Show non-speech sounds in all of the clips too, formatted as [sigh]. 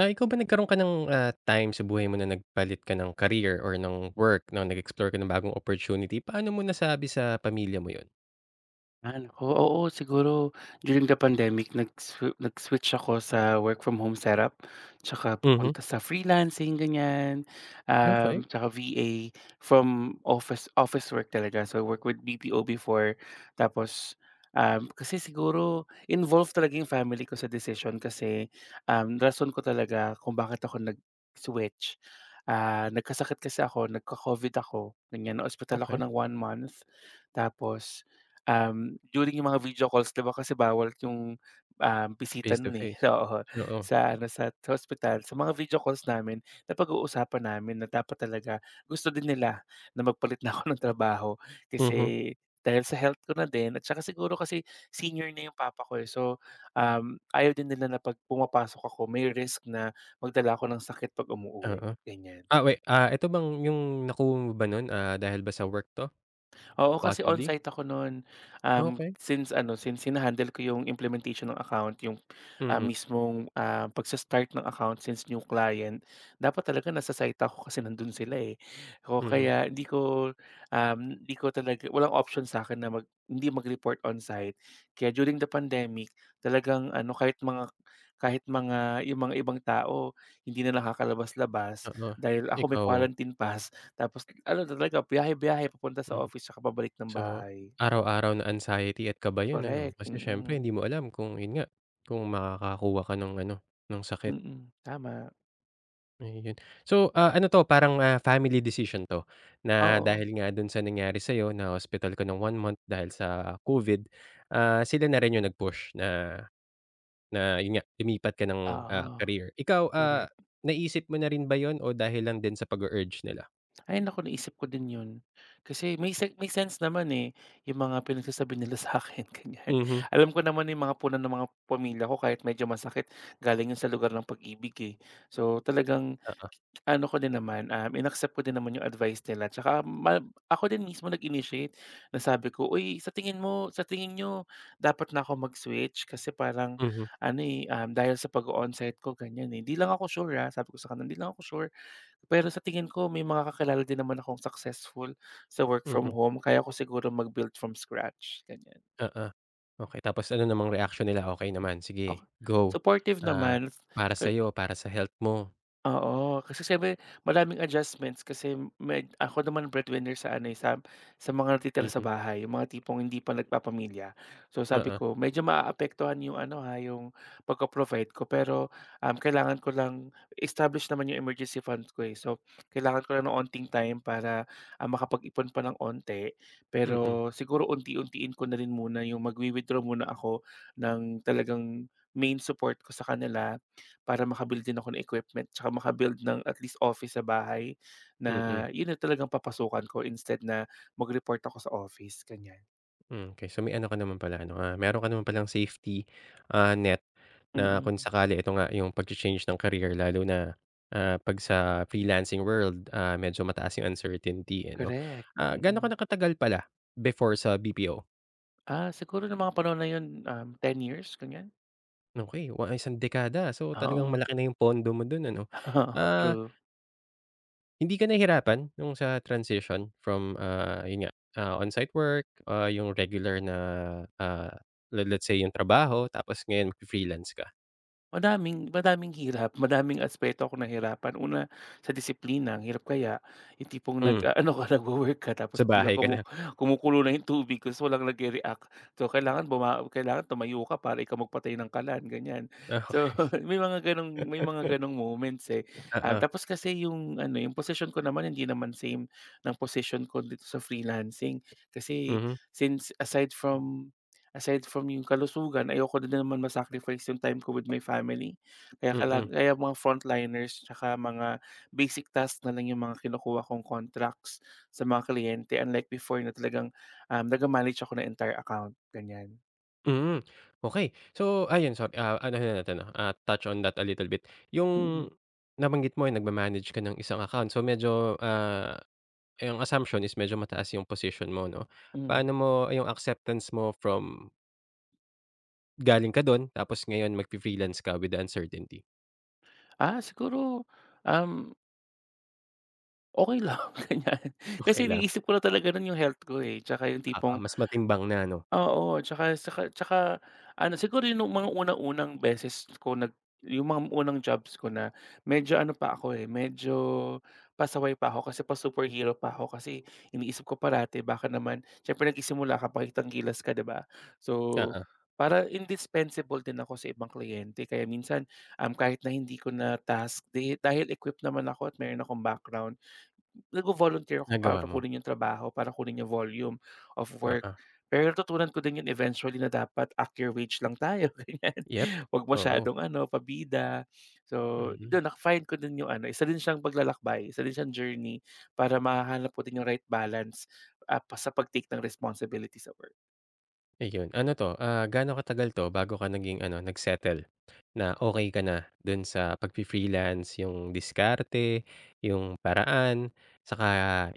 Ikaw ba nagkaroon ka ng, time sa buhay mo na nagpalit ka ng career or ng work 'no, nag-explore ka ng bagong opportunity. Paano mo nasabi sa pamilya mo 'yun? Oo siguro during the pandemic nag-switch ako sa work from home setup, tsaka Mhm. papunta sa freelancing ganyan, Okay. Tsaka VA from office office work talaga. So, I work with BPO before tapos, kasi siguro involved talaga yung family ko sa decision kasi, rason ko talaga kung bakit ako nag-switch, nagkasakit kasi ako, nagka-COVID ako ganyan, naospital ako Okay. ng 1 month tapos during yung mga video calls 'di ba kasi bawal yung, bisita Face to nun, eh, face, [laughs] oo, oo. sa ospital. Sa mga video calls namin napag-uusapan namin na dapat talaga gusto din nila na magpalit na ako [laughs] ng trabaho Mhm, kasi dahil sa health ko na din at saka siguro kasi senior na yung papa ko, eh. So, ayaw din nila na 'pag pumapasok ako may risk na magdala ako ng sakit 'pag umuuwi, oo. ganyan. Wait. Ito bang yung nakuha mo ba nun, dahil ba sa work 'to, Oo, kasi possibly? on-site ako nun. Okey, Since hina ko yung implementation ng account, mhm, mismong, pagsa-start ng account since new client, dapat talaga nasa site ako kasi nandun sila, eh. O mhm, kaya hindi ko, um, hindi ko talaga walang option sa'kin na hindi mag-report on-site. Kaya during the pandemic, talagang ano, kahit mga yung mga ibang tao, hindi na nakakalabas-labas oo. dahil ako may Ikaw? quarantine pass. Tapos ano talaga biyahe-biyahe papunta sa Hmm, office tsaka pabalik ng so bahay. araw-araw na anxiety at kaba 'yun ano, Correct, kasi siyempre mm. hindi mo alam kung 'yun nga, kung makakakuha ka ng ano, ng sakit. Mm, tama. Ayun. So, ano 'to parang, family decision 'to na. Mm. Oo, Dahil nga dun sa nangyari sa'yo na-hospital ka ng 1 month dahil sa COVID, sila na rin yung nag-push na na yun nga lumipat ka ng, oo, career. Ikaw, correct. naisip mo na rin ba yun o dahil lang din sa pag urge nila? Ay naku, naisip ko din yun. Kasi may sense naman, eh, yung mga pinagsasabi nila [laughs] sa'kin ganyan. Mhm, Alam ko naman yung mga punan ng mga pamilya ko kahit medyo masakit galing yun sa lugar ng pag-ibig, eh. So talagang oo, Ano ko din naman, um, inaccept ko din naman yung advice nila tsaka ma Ako din mismo nag-initiate na sabi ko, "Uy, sa tingin niyo dapat na ako mag-switch kasi parang mhm, ano, eh, dahil sa pag onsite ko ganyan, eh." Hindi lang ako sure, ah, sabi ko sa kanila, "Hindi lang ako sure, pero sa tingin ko may mga kakilala din naman akong successful sa work from mm, home kaya ko siguro mag-build from scratch." Ganyan. oo. Okey, tapos ano namang reaksyon nila, okay naman, sige Oka go, Supportive ah, naman. para sa'yo, para sa health mo. Oo, kasi siyempre maraming adjustments kasi ako naman breadwinner sa ano, eh, sa mga natitira sa Mhm, bahay, yung mga tipong hindi pa nagpapamilya. So sabi oo, ko medyo maaapektuhan yung ano, ha, yung pagpo-provide ko pero, kailangan ko lang establish naman yung emergency fund ko, eh. So kailangan ko lang ng onting time para, makapag-ipon pa ng onti. mm, Pero siguro unti-untiin ko na rin muna yung magwi-withdraw muna ako ng talagang main support ko sa kanila para maka din ako ng equipment tsaka maka ng at least office sa bahay na mm. yun na talagang papasukan ko instead na mag-report ako sa office, ganyan. Hmm, okay. So, may ano ka naman pala ano, meron ka naman palang safety, net na Mm, kung sakali ito nga yung pag change ng career lalo na, 'pag sa freelancing world, medyo mataas yung uncertainty, eh, 'no? correct, Mm. Gaano ka mm. na katagal pala before sa BPO? Ah, siguro nung mga panahon na yun, um, 10 years ganyan? Okay wa isang dekada. So, talagang Oo, malaki na yung pondo mo dun ano. [laughs] oo, Ah, true. Hindi ka nahihirapan nung sa transition from, yun nga, on-site work, yung regular na, ah, le let's say yung trabaho tapos ngayon magfi-freelance ka? Madaming madaming hirap, madaming aspeto akong nahirapan. Una, sa disiplina, ang hirap kaya yung tipong Mm. nag-aano ka, [laughs] nagwo-work ka Sa tapos biglang bahay ka kumu lang? kumukulo na yung tubig tapos walang nagre-react. So, kailangan tumayo ka para ikaw magpatay ng kalan, ganyan. [laughs] So, Okey. [laughs] may mga gano'ng moments, eh. Oo, Tapos kasi yung ano, yung posisyon ko naman hindi naman same ng posisyon ko dito sa freelancing. Kasi mhm, since aside from Aside from yung kalusugan, ayoko din naman ma-sacrifice yung time ko with my family. Mm, Kaya mga frontliners tsaka mga basic tasks na lang yung mga kinukuha kong contracts sa mga kliyente unlike before na talagang, nag manage ako ng entire account, ganyan. hmm, okey. So ayun, sorry, ano na natin, touch on that a little bit. Yung Mm, nabanggit mo ay nagma-manage ka ng isang account. So medyo, yung assumption is medyo mataas yung position mo 'no. hmm. Paano mo yung acceptance mo from galing ka dun tapos ngayon magfi-freelance ka with the uncertainty? Ah, siguro, um, okay lang [laughs] ganyan. Okey Kasi lang, iniisip ko na talaga nun yung health ko, eh, tsaka yung oo, tipong mas matimbang na 'no? oo, tsaka saka tsaka ano, siguro yun nung mga unang-unang beses ko yung mga unang jobs ko na medyo ano pa ako, eh, medyo pasaway pa ako kasi pa-superhero pa ako kasi iniisip ko parati baka naman siyempre nagsisimula ka pakitang kilos ka, 'di ba? So, Oo, para indispensable din ako sa ibang kliyente kaya minsan, kahit na hindi ko na task di dahil equipped naman ako at meron akong background, nagvo-volunteer ako nagawa para mo, kunin yung trabaho, para kunin yung volume of work. oo. Pero natutunan ko din yun eventually na dapat act wage lang tayo, [laughs] ganyan. Yep, Huwag oo, masyadong ano, pabida. So, mm. dun na ko din yung ano, isa din siyang paglalakbay, isa din siyang journey para mahahanap ko din yung right balance, pa sa pag-take ng responsibility sa work. Ayun, ano 'to, gaano katagal 'to bago ka naging ano, nag-settle na okey ka na dun sa pagfi-freelance, yung diskarte, yung paraan, saka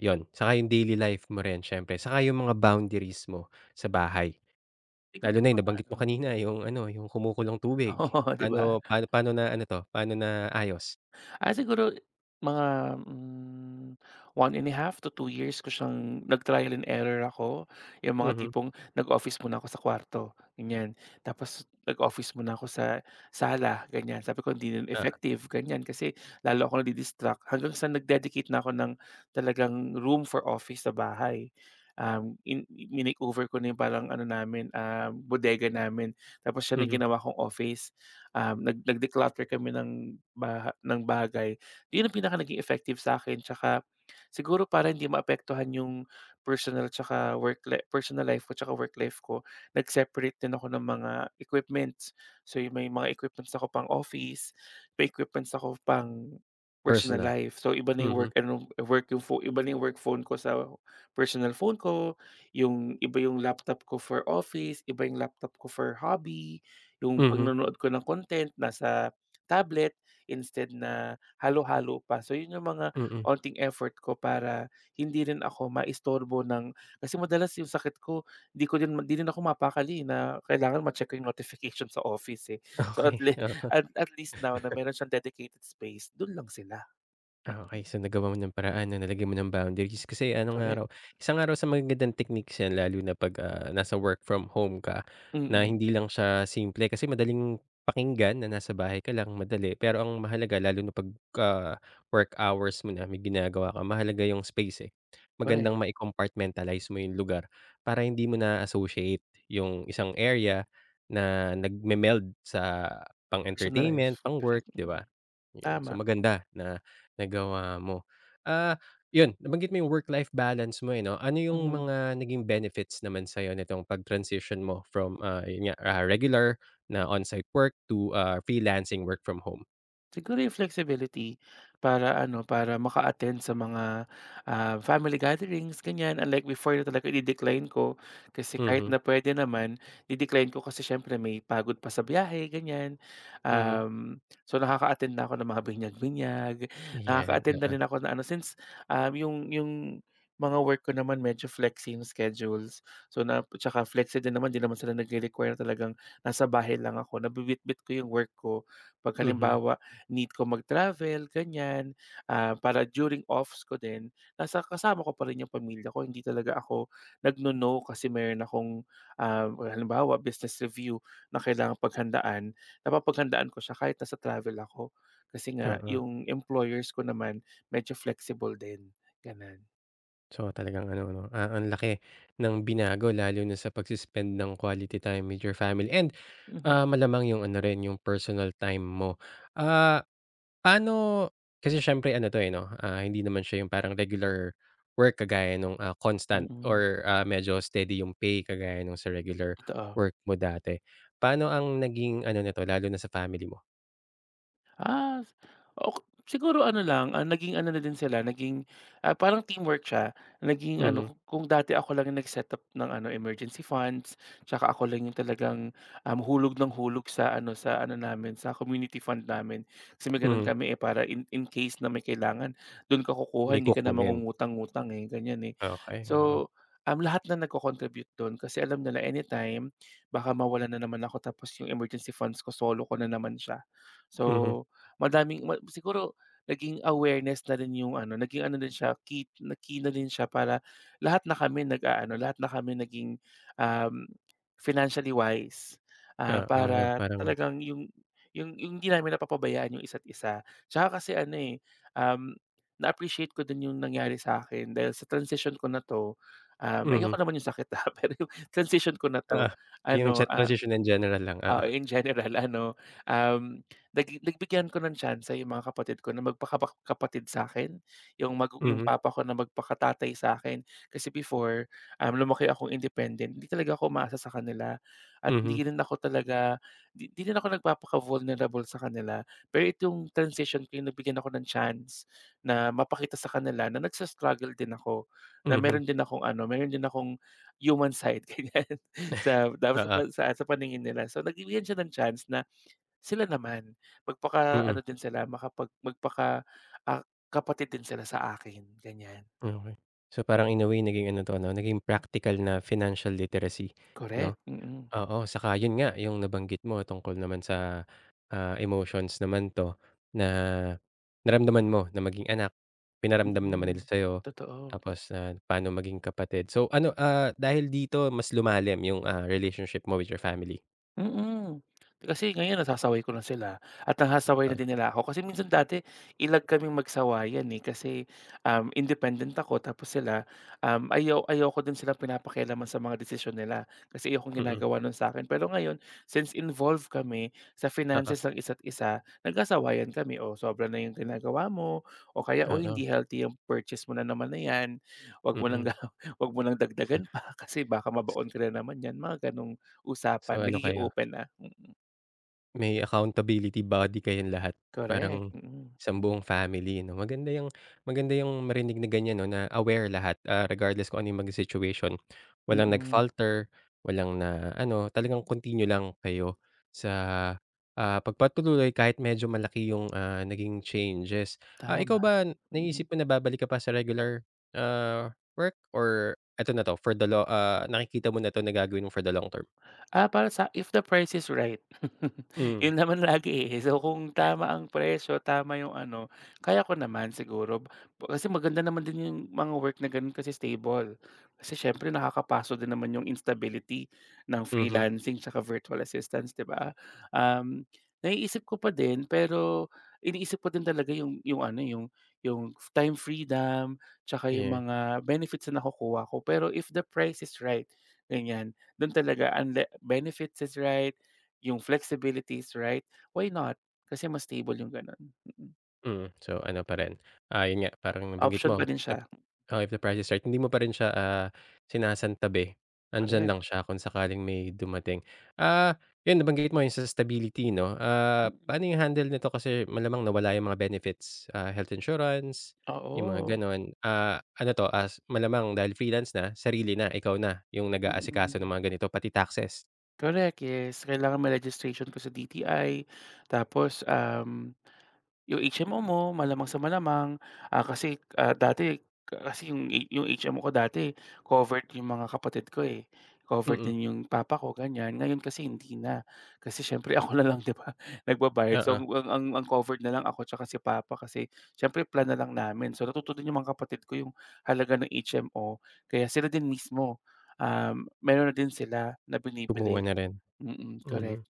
yun, saka yung daily life mo rin siyempre, saka yung mga boundaries mo sa bahay. Lalo Siguro na yung mga nabanggit ano. mo kanina yung ano, yung kumukulong [laughs] tubig, Oo, 'di ba? paano paano paano na ano 'to, paano naayos? Ah, siguro mga, mm, 1.5 to 2 years ko siyang nag-trial and error ako. Yung mga Mhm, tipong nag-office muna ako sa kwarto, ganyan. Tapos nag-office muna ako sa sala, ganyan. Sabi ko hindi rin oo, effective, ganyan. Kasi lalo ako nadi-distract hanggang sa nag-dedicate na ako ng talagang room for office sa bahay. Um, in Minake-over ko na yung parang ano namin, ah, bodega namin. Tapos siya na yung mhm, ginawa kong office. Um, nag Nag-declutter kami ng baha ng bagay. Yun ang pinaka naging effective sa'kin tsaka siguro para hindi maapektuhan yung personal life ko tsaka work life ko, nag-separate din ako ng mga equipments. So, yung may mga equipments ako pang-office, may equipments ako pang personal personal. life. So, iba na yung Mhm, work ano, work yung pho iba na yung work phone ko sa personal phone ko, yung iba yung laptop ko for office, iba yung laptop ko for hobby. Yung mhm, panonood ko ng content nasa tablet instead na halo-halo pa. So yun yung mga mm, onting effort ko para hindi rin ako maistorbo ng kasi madalas yung sakit ko hindi ko din hindi rin ako mapakali na kailangan ma-check ko yung notification sa office eh. So at okey, le oo. [laughs] [laughs] At least now na meron siyang dedicated space, dun lang sila, okey. So, nagawa mo ng paraan 'no, nalagyan mo ng boundaries kasi ano nga correct. raw, isang nga raw sa magagandang techniques yan lalo na 'pag, nasa work from home ka na Mm, hindi lang siya simple kasi madaling pakinggan na nasa bahay ka lang, madali. Pero ang mahalaga lalo na 'pag, ah, work hours mo na, may ginagawa ka, mahalaga yung space, eh. Magandang correct. mai-compartmentalize mo yung lugar para hindi mo na-associate yung isang area na nagme-meld sa Personal life, pang-entertainment, correct, pang-work, mm. 'di ba? Mm. Yun, so Tama, maganda na nagawa mo. Ah, yun nabanggit mo yung work-life balance mo, eh, 'no? Ano yung mhm. mga naging benefits naman sa'yo nitong pag-transition mo from, yun nga, regular na on-site work to, freelancing work from home? Siguro yung flexibility para ano, para maka-attend sa mga, family gatherings ganyan. Unlike before na talaga ide-decline ko kasi kahit Mhm, na pwede naman di-decline ko kasi siyempre may pagod pa sa biyahe ganyan. mhm. Um, so nakaka-attend na ako ng mga binyag-binyag, Yan, nakaka-attend na oo. rin ako na ano since, um, yung mga work ko naman medyo flexi yung schedules. So na tsaka flexi din naman, 'di naman sila nagre-require talagang nasa bahay lang ako. Nabibitbit ko yung work ko 'pag Mhm, halimbawa need ko mag-travel, ganyan. Ah, para during offs ko din, nasa kasama ko pa rin yung pamilya ko. Hindi talaga ako nagno-no kasi meron akong, ah, halimbawa, business review na kailangang paghandaan. Napapaghandaan ko siya kahit nasa travel ako. Kasi nga, oo. yung employers ko naman, medyo flexible din. Ganun. So, talagang ano 'no, ang laki ng binago lalo na sa pagsispend ng quality time with your family and, Mhm, malamang yung ano rin, yung personal time mo. Ah. Paano kasi siyempre ano 'to, eh, 'no, hindi naman siya yung parang regular work kagaya nung, constant mm. or, medyo steady yung pay kagaya nung sa regular Totoo. work mo dati. Paano ang naging ano nito lalo na sa family mo? Ah, s- ok siguro ano lang, ah, naging ano na din sila, naging, ah, parang teamwork siya. Naging ano, Mhm, kung dati ako lang yung nag-setup ng ano, emergency funds, tsaka ako lang yung talagang, hulog ng hulog sa ano namin, sa community fund namin. Kasi may gano'n mhm. kami, eh, para in case na may kailangan, do'n ka kukuha, May hindi ka na kukunin. mangungutang-ngutang, eh, ganyan, eh. Okey, oo. So, lahat na nagco-contribute do'n kasi alam nila anytime, baka mawalan na naman ako tapos yung emergency funds ko, solo ko na naman siya. Mhm, So madaming siguro naging awareness na rin yung ano, naging ano din siya, key na rin siya para lahat na kami naging, um, financially wise. Ah, oo, yung para parang talagang yung hindi namin napapabayaan yung isa't isa. Tsaka kasi ano, eh, um, na-appreciate ko din yung nangyari sa akin dahil sa transition ko na 'to, um, mhm, ayoko naman yung sakit, ah, [laughs] pero yung transition ko na oo. 'to Yung ano, chat ah transition in general lang, oo. oo, in general [laughs] ano, um, nagi nagbigyan ko ng tsansa yung mga kapatid ko na magpakapa kapatid sa'kin, yung yung Mhm, papa ko na magpakatatay sa'kin. Kasi before, lumaki akong independent, hindi talaga ako umaasa sa kanila at mhm, hindi rin ako talaga 'di 'di rin ako nagpapaka-vulnerable sa kanila. Pero itong transition ko yung nabigyan ako ng chance na mapakita sa kanila na nagsa-struggle din ako, na mhm, meron din akong ano, meron din akong human side, [laughs] ganyan. Sa dapat sa oo, pan Sa paningin nila. So, nagbibigyan siya ng chance na sila naman mm, magpaka-ano din sila, makapag magpaka, ah, kapatid din sila sa akin, ganyan. okey. So, parang in a way naging ano 'to 'no, naging practical na financial literacy 'no? Correct, mm. Oo, saka yun nga, yung nabanggit mo tungkol naman sa, emotions naman 'to na naramdaman mo na maging anak, pinaramdam naman nila Mm. sa'yo, Totoo. tapos, paano maging kapatid. So ano, dahil dito mas lumalim yung, relationship mo with your family? Mm. Kasi ngayon nasasaway ko na sila at nasasaway na Oo, din nila ako. Kasi minsan dati ilag kaming magsawayan, eh, kasi, independent ako tapos sila, um, ayaw ayaw ko din silang pinapakialaman sa mga desisyon nila kasi ayokong mm, ginagawa nun sa akin. Pero ngayon since involved kami sa oo, finances ng isa't isa, nagkasawayan kami, o sobra na yung ginagawa mo," o kaya, o oo, hindi healthy yung purchase mo na naman na 'yan. Wag mo mm. nang ga [laughs] wag mo nang dagdagan pa [laughs] kasi baka mabaon ka na naman yan mga gano'ng So usapan, ano nagiging kayo. open na, mm. May accountability body kayong lahat, parang Correct. Mm. Mm. sa buong family 'no. Maganda yung marinig na ganyan 'no, na aware lahat, regardless kung ano yung maging situation. Mm, Walang mm, nag-falter, walang na ano, talagang continue lang kayo sa, pagpatuloy kahit medyo malaki yung, naging changes. Ikaw tama, ba mm. naisip mo na babalik ka pa sa regular, work or eto na 'to for the lo nakikita mo na 'to na gagawin mo for the long term? Ah, para sa if the price is right. [laughs] Hmm, Yun naman lagi, eh. So, kung tama ang presyo, tama yung ano, kaya ko naman siguro. Kasi maganda naman din yung mga work na ganun kasi stable. Kasi siyempre nakakapaso din naman yung instability ng mhm, freelancing tsaka virtual assistance, 'di ba? Um, Naiisip ko pa din pero iniisip ko din talaga yung time freedom tsaka yung yeah. mga benefits na nakukuha ko. Pero if the price is right, ganyan. Dun talaga unle benefits is right, yung flexibility is right, why not? Kasi mas stable yung ganun, mm. Mm. So, ano pa rin, yun nga parang nabanggit Option mo pa Mm. if din the siya, oo, if the price is right, hindi mo pa rin siya, sinasantabi. Nandiyan correct. lang siya kung sakaling may dumating. Ah, yun nabanggit mo yung sa stability 'no, Mm, paano yung handle nito kasi malamang nawala yung mga benefits, health insurance, yung mga oo, gano'n. Ano 'to, as malamang dahil freelance na, sarili na, ikaw na yung nag-aasikaso ng mm. mga ganito, pati taxes? Correct, yes. Kailangan may registration ka sa DTI tapos, um. Yung HMO mo malamang sa malamang, ah, kasi, ah, dati kasi yung HMO ko dati covered yung mga kapatid ko, eh. Covered Mm, din yung papa ko ganyan, ngayon kasi hindi na. Kasi siyempre [laughs] ako na lang 'di ba nagbabayad so oo, ang covered na lang ako tsaka si papa kasi siyempre plan na lang namin. So natuto din yung mga kapatid ko yung halaga ng HMO kaya sila din mismo, meron na din sila na kumuha binibili. na rin, Mm, mm. correct.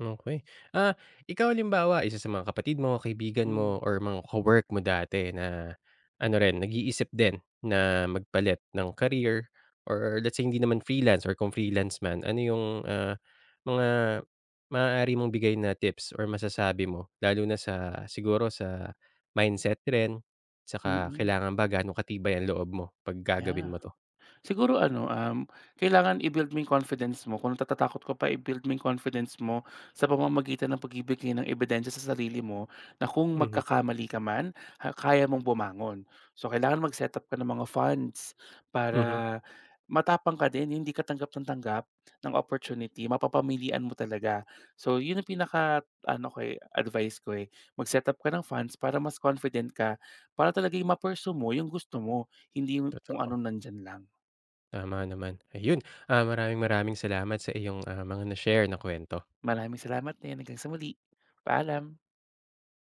Okey. Ah, ikaw halimbawa isa sa mga kapatid mo, kaibigan Hmm, mo or mga ka-work mo dati na ano rin, nag-iisip din na magpalit ng career or let's say hindi naman freelance or kung freelance man, ano yung, ah, mga maaari mong bigay na tips or masasabi mo lalo na sa siguro sa mindset rin tsaka mm. kailangan ba gaano katibay ang loob mo 'pag gagawin Yeah. mo 'to? Siguro ano, kailangan i-build mo yung confidence mo. Kung natatakot ko pa, i-build mo yung confidence mo sa pamamagitan ng pagbibigay ng ebidensya sa sarili mo na kung Mhm, magkakamali ka man, ha, kaya mong bumangon. So, kailangan mag-set up ka ng mga funds para mhm, matapang ka din, hindi ka tanggap ng opportunity, mapapamilian mo talaga. So, yun ang pinaka ano ko eh, advice ko eh. Mag-set up ka ng funds para mas confident ka, para talaga yung ma-pursue mo yung gusto mo, hindi yung kung totoo. ano nandyan lang. Tama naman. Ayun, maraming maraming salamat sa iyong, mga na-share na kwento. Maraming salamat din. Hanggang sa muli. Paalam.